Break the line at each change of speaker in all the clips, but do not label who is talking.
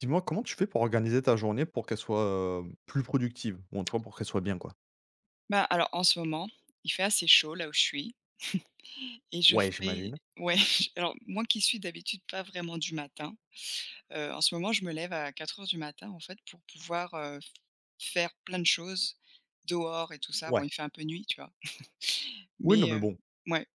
Dis-moi, comment tu fais pour organiser ta journée pour qu'elle soit, plus productive? Ou en tout cas pour qu'elle soit bien quoi?
Bah, alors en ce moment, il fait assez chaud là où je suis et je
Ouais,
fais
j'imagine.
ouais, j alors, moi qui suis d'habitude pas vraiment du matin, en ce moment, je me lève à 4 heures du matin, en fait, pour pouvoir, faire plein de choses dehors et tout ça. Bon,
Ouais.
il fait un peu nuit, tu vois?
Oui, non
Mais
mais bon,
mouais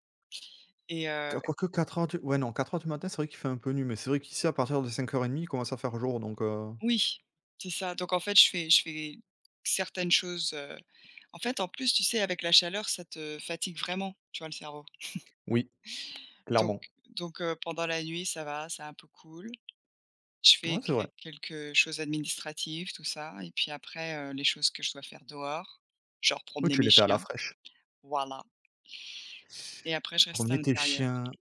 et
q quoique 4:00 du ouais non, 4 heures du matin, c'est vrai qu'il fait un peu nu mais c'est vrai qu'ici à partir de 5:30, il commence à faire jour donc
oui, c'est ça. Donc en fait, je fais certaines choses, en fait, en plus, tu sais, avec la chaleur, ça te fatigue vraiment, tu vois, le cerveau.
oui,
Donc
clairement.
donc, pendant la nuit, ça va, c'est un peu cool. Je fais
Ouais, c'est vrai.
que quelques choses administratives, tout ça et puis après, les choses que je dois faire dehors, genre
Oui,
promener
tu
mes
les fais à la
chiens,
fraîche.
voilà, et après je reste à
Promener tes
l'intérieur.
chiens,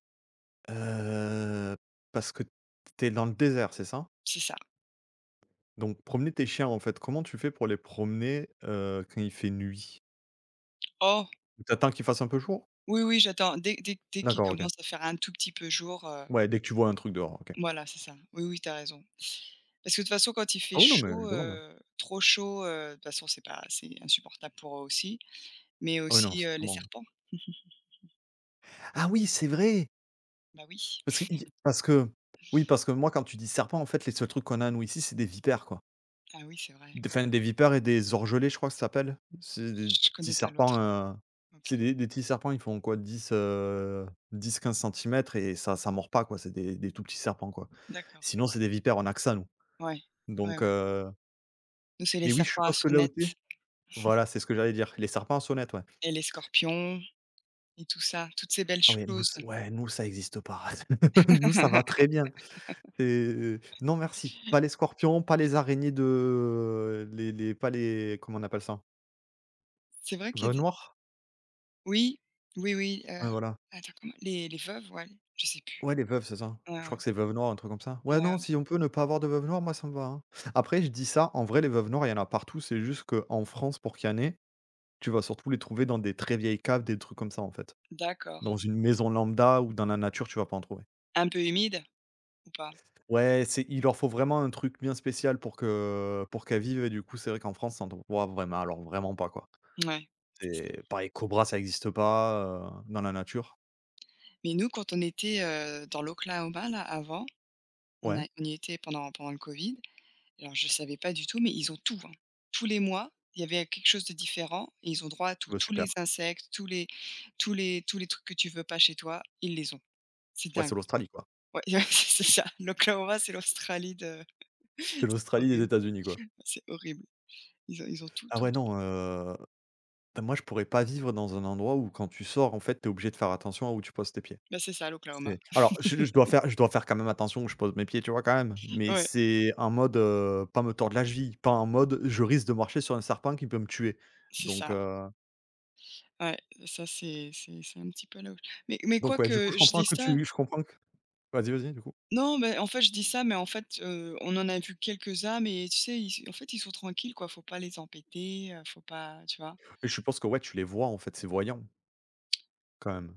heu, parce que t'es dans le désert, c'est ça?
C'est ça.
Donc promener tes chiens en fait, comment tu fais pour les promener, quand il fait nuit?
Oh!
T'attends qu'il fasse un peu jour?
Oui, oui, j'attends. Dès qu'il
D'accord, OK.
commence à faire un tout petit peu jour,
Ouais, dès que tu vois un truc dehors, OK.
voilà, c'est ça. Oui, oui, t'as raison. Parce que de toute façon, quand il fait
Ah oui, non mais je
chaud,
demande, hein.
trop chaud, de toute façon, c'est pas, c'est insupportable pour eux aussi, mais
Ah oui, non,
aussi, les
sincèrement.
serpents.
Ah oui, c'est vrai!
Bah oui.
Parce qu'il y parce que oui, parce que moi, quand tu dis serpent, en fait, les seuls trucs qu'on a, nous, ici, c'est des vipères, quoi.
Ah oui, c'est vrai.
Des enfin, des vipères et des orgelets, je crois que ça s'appelle. C'est des tout
Je connais
petits
pas
serpents,
l'autre. OK.
c'est des petits serpents, ils font quoi? 10-15 centimètres et ça mord pas, quoi. C'est des tout petits serpents, quoi.
D'accord.
Sinon, c'est des vipères, on a que ça, nous.
Ouais. Ouais,
Donc
ouais. Nous, c'est les
mais oui, je
serpents à
suppose que là où tu es,
sonnette.
voilà, c'est ce que j'allais dire. Les serpents à sonnette, ouais.
Et les scorpions et tout ça, toutes ces belles
Ah ouais, nous,
choses.
c ouais, nous, ça existe pas. Nous, ça va très bien. C'est non merci, pas les scorpions, pas les araignées de les pas les, comment on appelle ça?
C'est vrai qu'il
Veuves
y a des
noires?
oui, oui, oui,
Ouais, voilà.
attends comment les veuves, ouais, je sais plus.
Ouais, les veuves, c'est ça.
Ouais,
Je crois
ouais,
que c'est veuve noire, un truc comme ça.
ouais,
Ouais,
ouais.
non, si on peut ne pas avoir de veuve noire, moi ça me va, hein. Après, je dis ça, en vrai, les veuves noires, il y en a partout, c'est juste qu'en France, pour qu'il y en ait, tu vas surtout les trouver dans des très vieilles caves, des trucs comme ça, en fait.
D'accord.
Dans une maison lambda ou dans la nature, tu vas pas en trouver.
Un peu humide ou pas?
Ouais, c'est il leur faut vraiment un truc bien spécial pour que pour qu'elles vivent et du coup, c'est vrai qu'en France, on en trouve pas vraiment, alors vraiment pas, quoi.
Ouais, c'est ça.
C'est pareil, Cobra, ça existe pas, dans la nature.
Mais nous, quand on était, dans l'Oklahoma là, avant,
Ouais,
on y était pendant le Covid. Alors je ne savais pas du tout, mais ils ont tout, hein. Tous les mois, il y avait quelque chose de différent et ils ont droit à tout.
bah,
Tous
super.
les insectes, tous les trucs que tu veux pas chez toi, ils les ont. C'est
Ouais,
dingue.
c'est l'Australie, quoi.
Ouais, c'est ça. L'Oklahoma, c'est l'Australie de
C'est l'Australie des
horrible,
États-Unis, quoi.
c'est horrible. Ils ont tout,
Ah
tout,
ouais,
tout.
non, bah, moi, je pourrais pas vivre dans un endroit où quand tu sors, en fait, tu es obligé de faire attention à où tu poses tes pieds.
Bah, c'est ça l'Oklahoma.
C'est alors je dois faire quand même attention où je pose mes pieds, tu vois, quand même, mais
Ouais,
c'est en mode, pas me tordre la cheville, pas en mode: «Je risque de marcher sur un serpent qui peut me tuer»,
c'est
donc
ça.
heu,
Ouais, ça c'est un petit peu là où mais quoi
donc ouais, du coup,
que
je
je
comprends
dis
que
ça,
tu je comprends que vas-y, vas-y, du coup?
non, mais en fait, je dis ça, mais en fait, on en a vu quelques-uns, mais tu sais, ils en fait, ils sont tranquilles quoi, faut pas les empêter, faut pas, tu vois?
Et je suppose que, ouais, tu les vois, en fait, c'est voyant, quand même?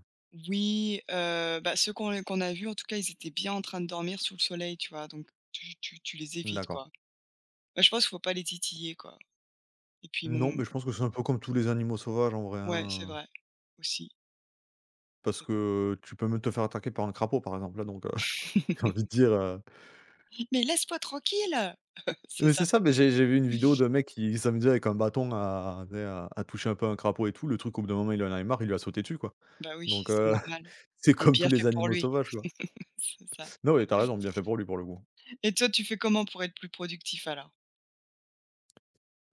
Oui, bah, ceux qu'on a vus, en tout cas, ils étaient bien en train de dormir sous le soleil, tu vois? Donc tu les évites,
D'accord.
quoi. Bah, je pense qu'il faut pas les titiller, quoi et puis
Non,
mon
mais je pense que c'est un peu comme tous les animaux sauvages en vrai,
ouais, c'est
hein,
vrai, aussi,
parce
c'est vrai.
que tu peux même te faire attaquer par un crapaud par exemple, hein, donc j'ai envie de dire,
«Mais laisse-moi tranquille!» C'est
mais
ça.
c'est ça, mais j'ai vu une vidéo d'un mec qui s'amusait avec un bâton à tu sais, à toucher un peu un crapaud et tout, le truc au bout d'un moment il en avait marre, il lui a sauté dessus, quoi,
Bah oui,
donc
c'est normal,
c'est
et
comme
bien
tous les
fait pour
animaux
lui.
sauvages, quoi.
C'est ça.
Non, mais t'as raison, bien fait pour lui, pour le coup.
Et toi, tu fais comment pour être plus productif alors?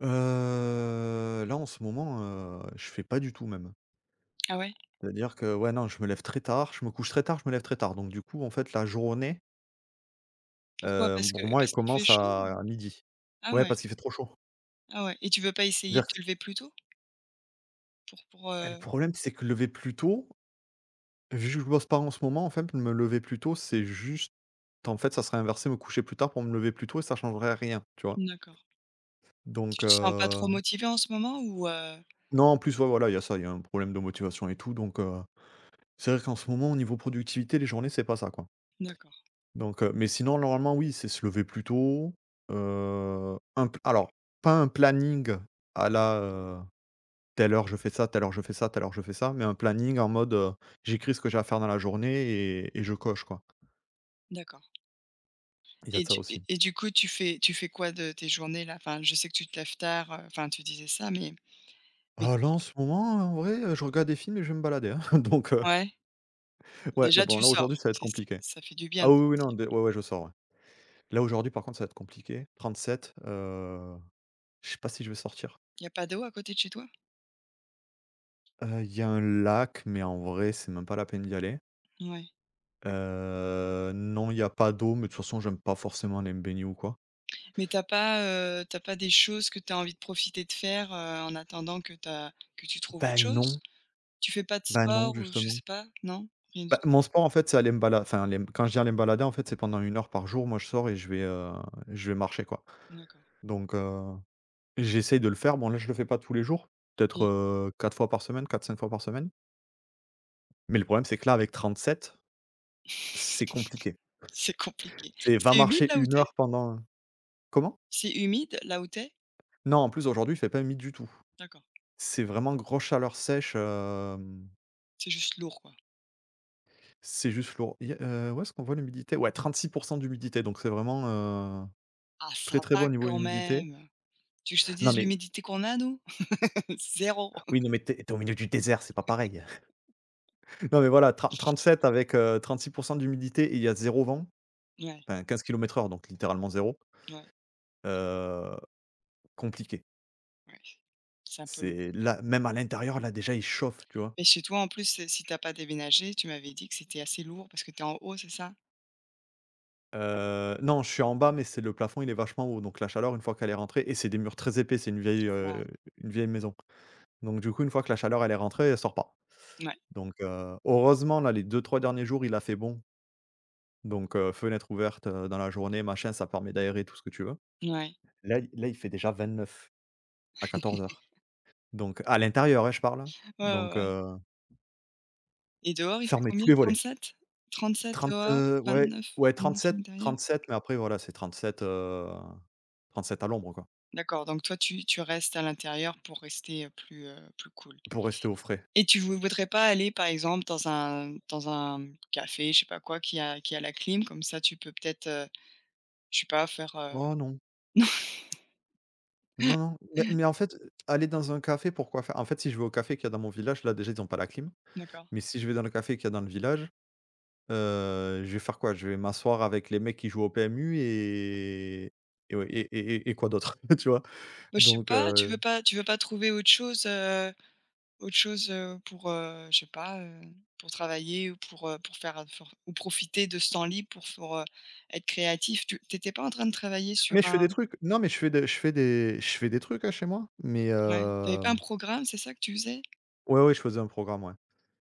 Là en ce moment, je fais pas du tout même.
Ah ouais?
C'est-à-dire que ouais, non, je me lève très tard, je me couche très tard, je me lève très tard, donc du coup, en fait, la journée.
Pourquoi? Parce que
Pour moi,
parce
elle
qu'il fait
commence
chaud ou?
à 12:00.
Ah
Ouais,
ouais,
parce qu'il fait trop chaud.
ah ouais, et tu veux pas essayer de
Dire
te lever plus tôt? Pour pour,
Et le
heu
problème, c'est que lever plus tôt, vu que je bosse pas en ce moment, en fait, me lever plus tôt, c'est juste en fait, ça serait inversé, me coucher plus tard pour me lever plus tôt et ça changerait rien, tu vois?
d'accord.
Donc
Tu te sens pas trop motivé en ce moment ou?
non, en plus, ouais, voilà, il y a ça, il y a un problème de motivation et tout, donc c'est vrai qu'en ce moment, au niveau productivité, les journées, c'est pas ça, quoi.
D'accord,
Donc mais sinon, normalement, oui, c'est se lever plus tôt, un p alors, pas un planning à la, «Telle heure je fais ça, telle heure je fais ça, telle heure je fais ça», mais un planning en mode, j'écris ce que j'ai à faire dans la journée et je coche, quoi.
d'accord.
Il y a
et
de ça
du et
aussi.
et du coup, tu fais quoi de tes journées là? Enfin, je sais que tu te lèves tard, enfin, tu disais ça, mais
Ah là, en ce moment, en vrai, je regarde des films et je vais me balader, hein, donc
ouais?
ouais, là,
Déjà
bon,
tu
là,
sors,
aujourd'hui, ça va être
c'est ça,
compliqué.
ça fait du bien
Ah
de
oui, oui,
sortir.
non, dé ouais, ouais, je sors, ouais. Là, aujourd'hui, par contre, ça va être compliqué. 37, je sais pas si je vais sortir.
Il y a pas d'eau à côté de chez toi?
Il y a un lac, mais en vrai, c'est même pas la peine d'y aller.
Ouais.
Non, il y a pas d'eau, mais de toute façon, j'aime pas forcément aller me baigner ou quoi.
Mais t'as pas, tu pas des choses que tu as envie de profiter de faire, en attendant que tu trouves autre
Bah
chose?
non,
Tu fais pas de
bah non,
sport ou je
justement.
sais pas? Non? Rien du
Bah,
tout?
mon sport, en fait, c'est aller me bala enfin, aller m quand je dis aller me balader, en fait, c'est pendant une heure par jour, moi, je sors et je vais marcher, quoi.
D'accord.
Donc j'essaye de le faire. Bon, là, je le fais pas tous les jours, peut-être,
Mmh.
4 fois par semaine, quatre, cinq fois par semaine. Mais le problème, c'est que là, avec 37, c'est compliqué.
C'est compliqué.
C'est Va
C'est humide
marcher
là où
une
tu es?
heure pendant, comment?
C'est humide là où tu es?
Non, en plus, aujourd'hui, il fait pas nuit du tout.
D'accord.
C'est vraiment grosse chaleur sèche,
C'est juste lourd, quoi.
c'est juste lourd. Il y a Où est-ce qu'on voit l'humidité? Ouais, 36% d'humidité, donc c'est vraiment,
Ah ça
très, très
va
bon au niveau
quand
humidité.
même! Tu veux que je te
Non,
dise
mais
l'humidité qu'on a nous? Zéro.
oui, non, mais t'es es au milieu du désert, c'est pas pareil. Non, mais voilà, tren 37 avec, 36 d'humidité et il y a zéro vent,
Ouais,
enfin 15 km/h, donc littéralement zéro.
ouais,
heu, Compliqué.
ouais. C'est un peu lourd.
C'est là, même à l'intérieur, là, déjà, il chauffe, tu vois?
Et chez toi en plus, si t'as pas déménagé, tu m'avais dit que c'était assez lourd parce que tu es en haut, c'est ça?
Non, je suis en bas, mais c'est le plafond, il est vachement haut, donc la chaleur, une fois qu'elle est rentrée et c'est des murs très épais, c'est une vieille,
C'est ça.
heu, une vieille maison. Donc du coup, une fois que la chaleur, elle est rentrée, elle sort pas.
Ouais,
Donc heureusement, là, les deux trois derniers jours, il a fait bon, donc fenêtre ouverte, dans la journée, machin, ça permet d'aérer, tout ce que tu veux.
ouais,
Là il fait déjà 29 à 14 heures. Donc à l'intérieur, hein, je parle, hein,
ouais, ouais,
donc
ouais, et dehors, il fait
fermer tous
combien?
les volets.
37-37 dehors,
Ouais, ouais
29-29 à
37.
l'intérieur?
37, mais après voilà, c'est 37, trente-sept à l'ombre quoi,
D'accord, donc toi, tu restes à l'intérieur pour rester, plus cool,
pour rester au frais.
et tu vou voudrais pas aller, par exemple, dans un café, je sais pas quoi, qui a la clim? Comme ça, tu peux peut-être, je sais pas, faire,
Oh non, non, non, mais en fait, aller dans un café, pourquoi faire? En fait, si je vais au café qu'il y a dans mon village, là déjà ils ont pas la clim,
d'accord.
mais si je vais dans le café qu'il y a dans le village, je vais faire quoi? Je vais m'asseoir avec les mecs qui jouent au PMU et ouais et quoi d'autre? Tu vois?
Bah, je sais
Donc
pas, tu
heu
veux pas tu veux pas trouver autre chose, autre chose, pour, je sais pas, pour travailler ou pour faire, for, ou profiter de ce temps libre pour, être créatif. Tu pas en train de travailler sur
Mais je fais des
un
trucs. Non, mais je fais des je fais des je fais des trucs, hein, chez moi, mais
ouais, tu pas un programme, c'est ça que tu faisais?
ouais, ouais, je faisais un programme, ouais.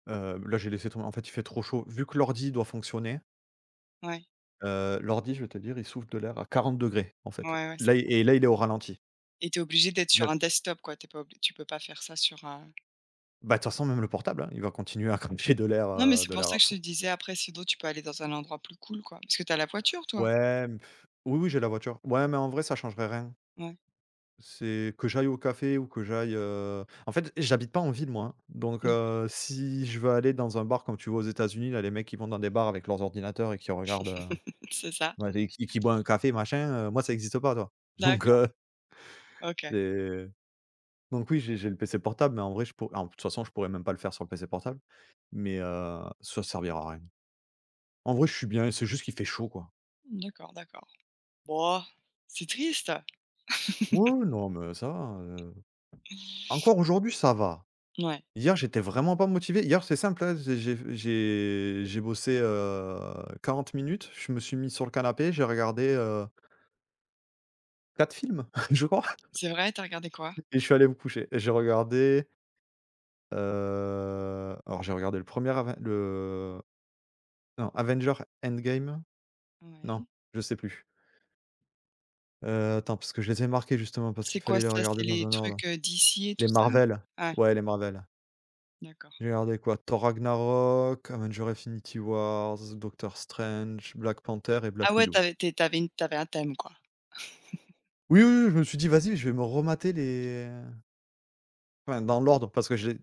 Là, j'ai laissé tomber. En fait, il fait trop chaud. Vu que l'ordi doit fonctionner,
Ouais,
l'ordi, je vais te dire, il souffle de l'air à 40 degrés, en fait.
ouais, ouais, c
Là i et Là, il est au ralenti.
et t'es obligé d'être sur
Dire
un desktop, quoi. T'es pas obli tu peux pas faire ça sur un
Bah, de toute façon, même le portable, hein, il va continuer à cracher de l'air,
non, mais
heu,
c'est
de
pour
l'air
ça
à
que je te
fond.
disais, après sinon tu peux aller dans un endroit plus cool, quoi. Parce que t'as la voiture, toi?
Ouais, mais pff, oui, oui, j'ai la voiture. Ouais, mais en vrai, ça changerait rien.
Ouais,
C'est que j'aille au café ou que j'aille, en fait, j'habite pas en ville moi, hein, donc
d'ac
si je veux aller dans un bar comme tu vois aux États-Unis, là, les mecs qui vont dans des bars avec leurs ordinateurs et qui regardent,
c'est ça.
ouais et qui boit un café machin, moi ça n'existe pas, toi. Donc
D'accord, OK.
c'est donc oui, j'ai le PC portable, mais en vrai je pour en de toute façon, je pourrais même pas le faire sur le PC portable, mais ça servira à rien. En vrai, je suis bien, c'est juste qu'il fait chaud, quoi.
D'accord, d'accord. Bon, c'est triste.
Ouais, ouais, non, mais ça va, encore aujourd'hui, ça va.
Ouais,
Hier, j'étais vraiment pas motivé. Hier, c'est simple, hein, j'ai bossé, 40 minutes. Je me suis mis sur le canapé, j'ai regardé, 4 films, je crois,
c'est vrai? T'as regardé quoi?
et je suis allé me coucher. J'ai regardé, alors j'ai regardé le premier, Aven le non, Avengers Endgame? Non,
Ouais.
je sais plus. Attends, parce que je les ai marqués justement, parce
C'est
qu'il
quoi
fallait les
ça? C'est
regarder dans
les
un ordre.
trucs, d'ici et
Les
tout ça?
Marvel,
Ah,
ouais, les Marvel.
d'accord.
J'ai regardé quoi? Thor Ragnarok, Avengers Infinity Wars, Doctor Strange, Black Panther et
Ah
Black
ouais,
Widow.
t'avais une tu un thème, quoi.
Oui, oui, oui, je me suis dit: «Vas-y, je vais me remater les», enfin, dans l'ordre parce que j'ai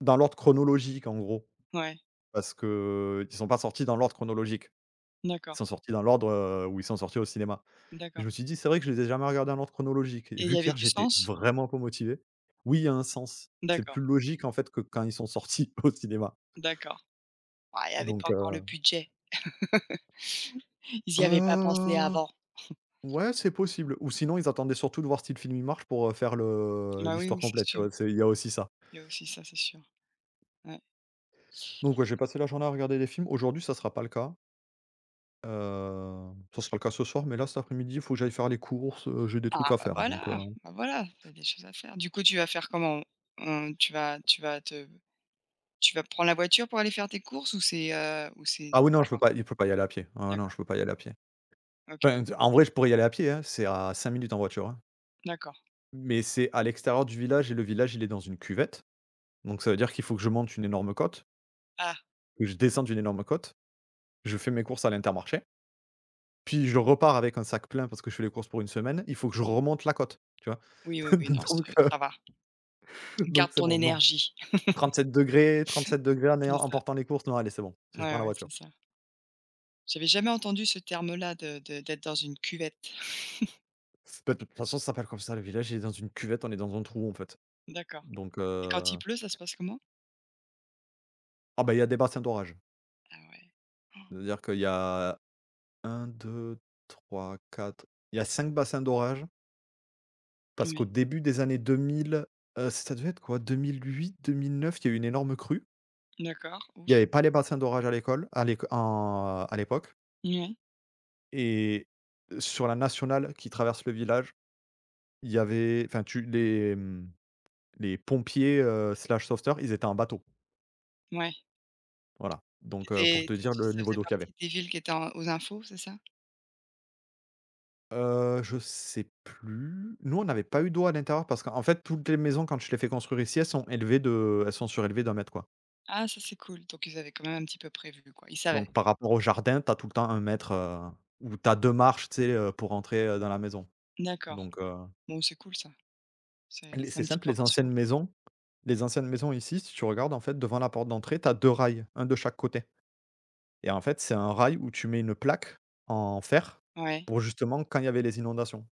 dans l'ordre chronologique, en gros,
Ouais,
parce que ils sont pas sortis dans l'ordre chronologique. Ils
d'accord,
sont sortis dans l'ordre, où ils sont sortis au cinéma, et je
d'accord,
me suis dit: «C'est vrai que je les ai jamais regardés dans l'ordre chronologique», et
et il
vu
y avait
qu'hier
du
j'étais
sens?
vraiment pas motivé, oui, il y a un sens. C'est plus
D'accord,
logique, en fait, que quand ils sont sortis au cinéma,
d'accord. Ah, il y avait pas
donc
encore le budget. Ils n'y avaient pas pensé
heu,
avant.
ouais, c'est possible, ou sinon ils attendaient surtout de voir si le film, il marche, pour, faire le
Bah, oui,
l'histoire
oui, c'est
complète, tu
sûr.
vois? C'est il y a aussi ça.
Il y a aussi ça, c'est sûr. Ouais.
Donc ouais, j'ai passé la journée à regarder des films. Aujourd'hui, ça sera pas le cas. Ça sera le cas ce soir, mais là, cet après-midi, il faut que j'aille faire les courses, j'ai des
Ah,
trucs à faire, donc
bah, voilà, tu des choses à faire. Du coup, tu vas faire comment? Hem, tu vas tu vas te tu vas prendre la voiture pour aller faire tes courses ou ou c'est
ah oui,
pas
non, je peux
loin?
pas je peux pas y aller à pied. Ah non,
D'accord,
je peux pas y aller à pied.
OK,
Enfin, en vrai, je pourrais y aller à pied, hein, c'est à 5 minutes en voiture, hein,
d'accord.
mais c'est à l'extérieur du village et le village, il est dans une cuvette, donc ça veut dire qu'il faut que je monte une énorme côte,
Ah,
que je descende une énorme côte, je fais mes courses à l'Intermarché, puis je repars avec un sac plein parce que je fais les courses pour une semaine, il faut que je remonte la côte, tu vois?
oui, oui, oui, non,
Donc
c'est
heu,
ça va. Garde
donc c'est
ton
bon, non.
énergie.
37 degrés
C'est
en
ça.
portant les courses. Non, allez, c'est bon, je
Ouais,
prends la
ouais,
voiture.
c'est ça. J'avais jamais entendu ce terme-là de d'être dans une cuvette.
Bah, de toute façon, ça s'appelle comme ça, le village, il est dans une cuvette, on est dans un trou, en fait.
D'accord,
Donc,
et quand il pleut, ça se passe comment?
ah, bah, il y a des bassins d'orage.
Ah ouais. Oh.
C'est-à-dire qu'il y a un, deux, trois, quatre. Il y a 5 bassins d'orage parce
Ouais,
qu'au début des années 2000, ça devait être quoi? 2008-2009, il y a eu une énorme crue.
d'accord,
Il n'y
ouf.
avait pas les bassins d'orage à l'école, à l'éc en à l'époque,
Ouais.
et sur la nationale qui traverse le village, il y avait enfin, tu les, mmh les pompiers, slash sauveteurs, ils étaient en bateau.
Ouais.
Voilà,
Tu
donc pour
t
te dire le
ça
niveau
faisait
d'eau qu'il y
partie
avait.
des villes qui étaient en aux infos, c'est ça?
Je sais plus. Nous, on n'avait pas eu d'eau à l'intérieur parce qu'en fait, toutes les maisons, quand je les fais construire ici, elles sont élevées de elles sont surélevées d'un mètre, quoi.
Ah ça, c'est cool, donc ils avaient quand même un petit peu prévu, quoi. Ils savaient.
Donc par rapport au jardin, t'as tout le temps un mètre, où tu as marches, tu sais, pour entrer, dans la maison.
D'accord.
Donc
Bon, c'est cool ça. C'est
les
c'est
c'est
un petit
simple,
peu
les
rassurant.
anciennes maisons les anciennes maisons ici, si tu regardes, en fait, devant la porte d'entrée, t'as 2 rails, un de chaque côté. Et en fait, c'est un rail où tu mets une plaque en fer,
Ouais.
pour justement quand il y avait les inondations.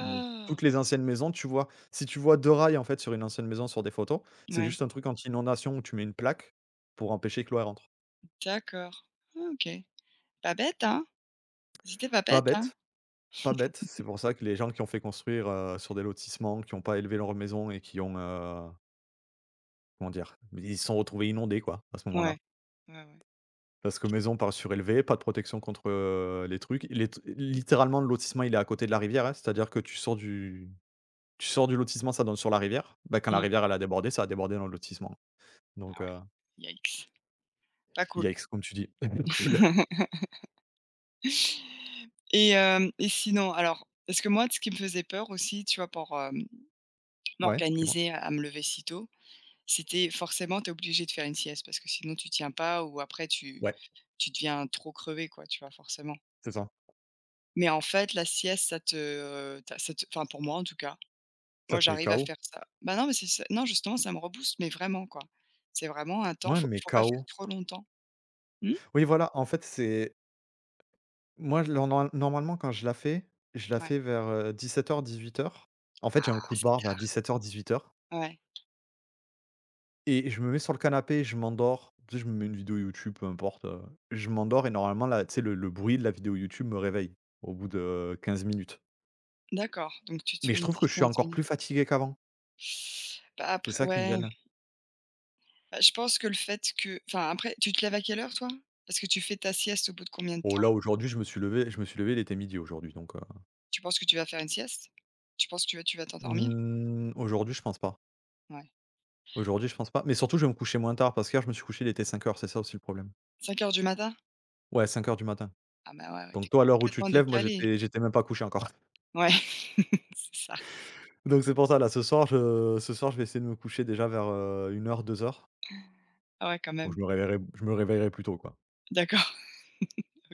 Donc toutes les anciennes maisons, tu vois, si tu vois 2 rails en fait sur une ancienne maison sur des photos, c'est
Ouais,
juste un truc anti-inondation où tu mets une plaque pour empêcher que l'eau elle rentre.
d'accord. Ah OK. Pas bête, hein? Ils étaient pas
Pas
bêtes, hein?
bête, pas bête. C'est pour ça que les gens qui ont fait construire, sur des lotissements, qui ont pas élevé leurs maisons et qui ont, comment dire? Ils se sont retrouvés inondés, quoi, à ce
Ouais.
moment-là.
Ouais, ouais.
Parce que maison par surélevée, pas de protection contre, les trucs. Les t Littéralement, le lotissement, il est à côté de la rivière, hein, c'est-à-dire que tu sors du lotissement, ça donne sur la rivière. Bah, quand la
Mmh.
rivière, elle a débordé, ça a débordé dans le lotissement.
Ah
Donc
ouais, yikes, pas cool.
yikes, comme tu dis. Cool.
Et sinon, alors, parce que moi, ce qui me faisait peur aussi, tu vois, pour,
Ouais, dis-moi?
m'organiser à me lever si tôt, c'était forcément tu es obligé de faire une sieste parce que sinon tu tiens pas ou après tu
Ouais,
tu deviens trop crevé quoi, tu vois, forcément.
c'est ça.
Mais en fait, la sieste, ça te, ta ça te enfin pour moi en tout cas,
Ça
moi
te met
j'arrive à
KO.
faire ça. Bah non, mais c'est ça, non justement ça me rebooste, mais vraiment quoi. C'est vraiment un temps,
Moi, mais me
faut
met
faut pas faire trop longtemps. Mmh?
Oui, voilà, en fait, c'est moi, je normalement, quand je la
Ouais.
fais vers, 17h, 18h. En fait, j'ai un
Ah
coup de
c'est
barre vers
tard.
dix-sept dix-huit heures, 18h,
Ouais.
et je me mets sur le canapé, je m'endors. Tu sais, je me mets une vidéo YouTube, peu importe, je m'endors et normalement, là, tu sais, le bruit de la vidéo YouTube me réveille au bout de 15 minutes.
D'accord, donc tu te fais
Mais je
une
trouve que
petite
je suis
15
encore plus
minutes.
fatigué qu'avant.
Bah,
C'est
après
ça qui me
ouais,
gêne.
bah, je pense que le fait que enfin, après tu te lèves à quelle heure toi? Parce que tu fais ta sieste au bout de combien de
Oh
temps?
là, aujourd'hui, je me suis levé, il était midi aujourd'hui, donc
Tu penses que tu vas faire une sieste? Tu penses que tu vas t'endormir?
Mmh, aujourd'hui, je pense pas.
Ouais.
Aujourd'hui, je pense pas, mais surtout, je vais me coucher moins tard parce qu'hier, je me suis couché, il était 5h. C'est ça aussi le problème.
5 heures du matin?
Ouais, 5h du matin.
Ah bah, ouais, ouais,
Donc
tu
toi, à l'heure où tu
complètement
te lèves, moi,
décalé.
j'étais même pas couché encore.
Ouais, c'est ça.
Donc c'est pour ça, là, ce soir, je vais essayer de me coucher déjà vers, 1h, 2h.
Ah ouais, quand
Donc
même.
je me réveillerai plus tôt, quoi.
D'accord.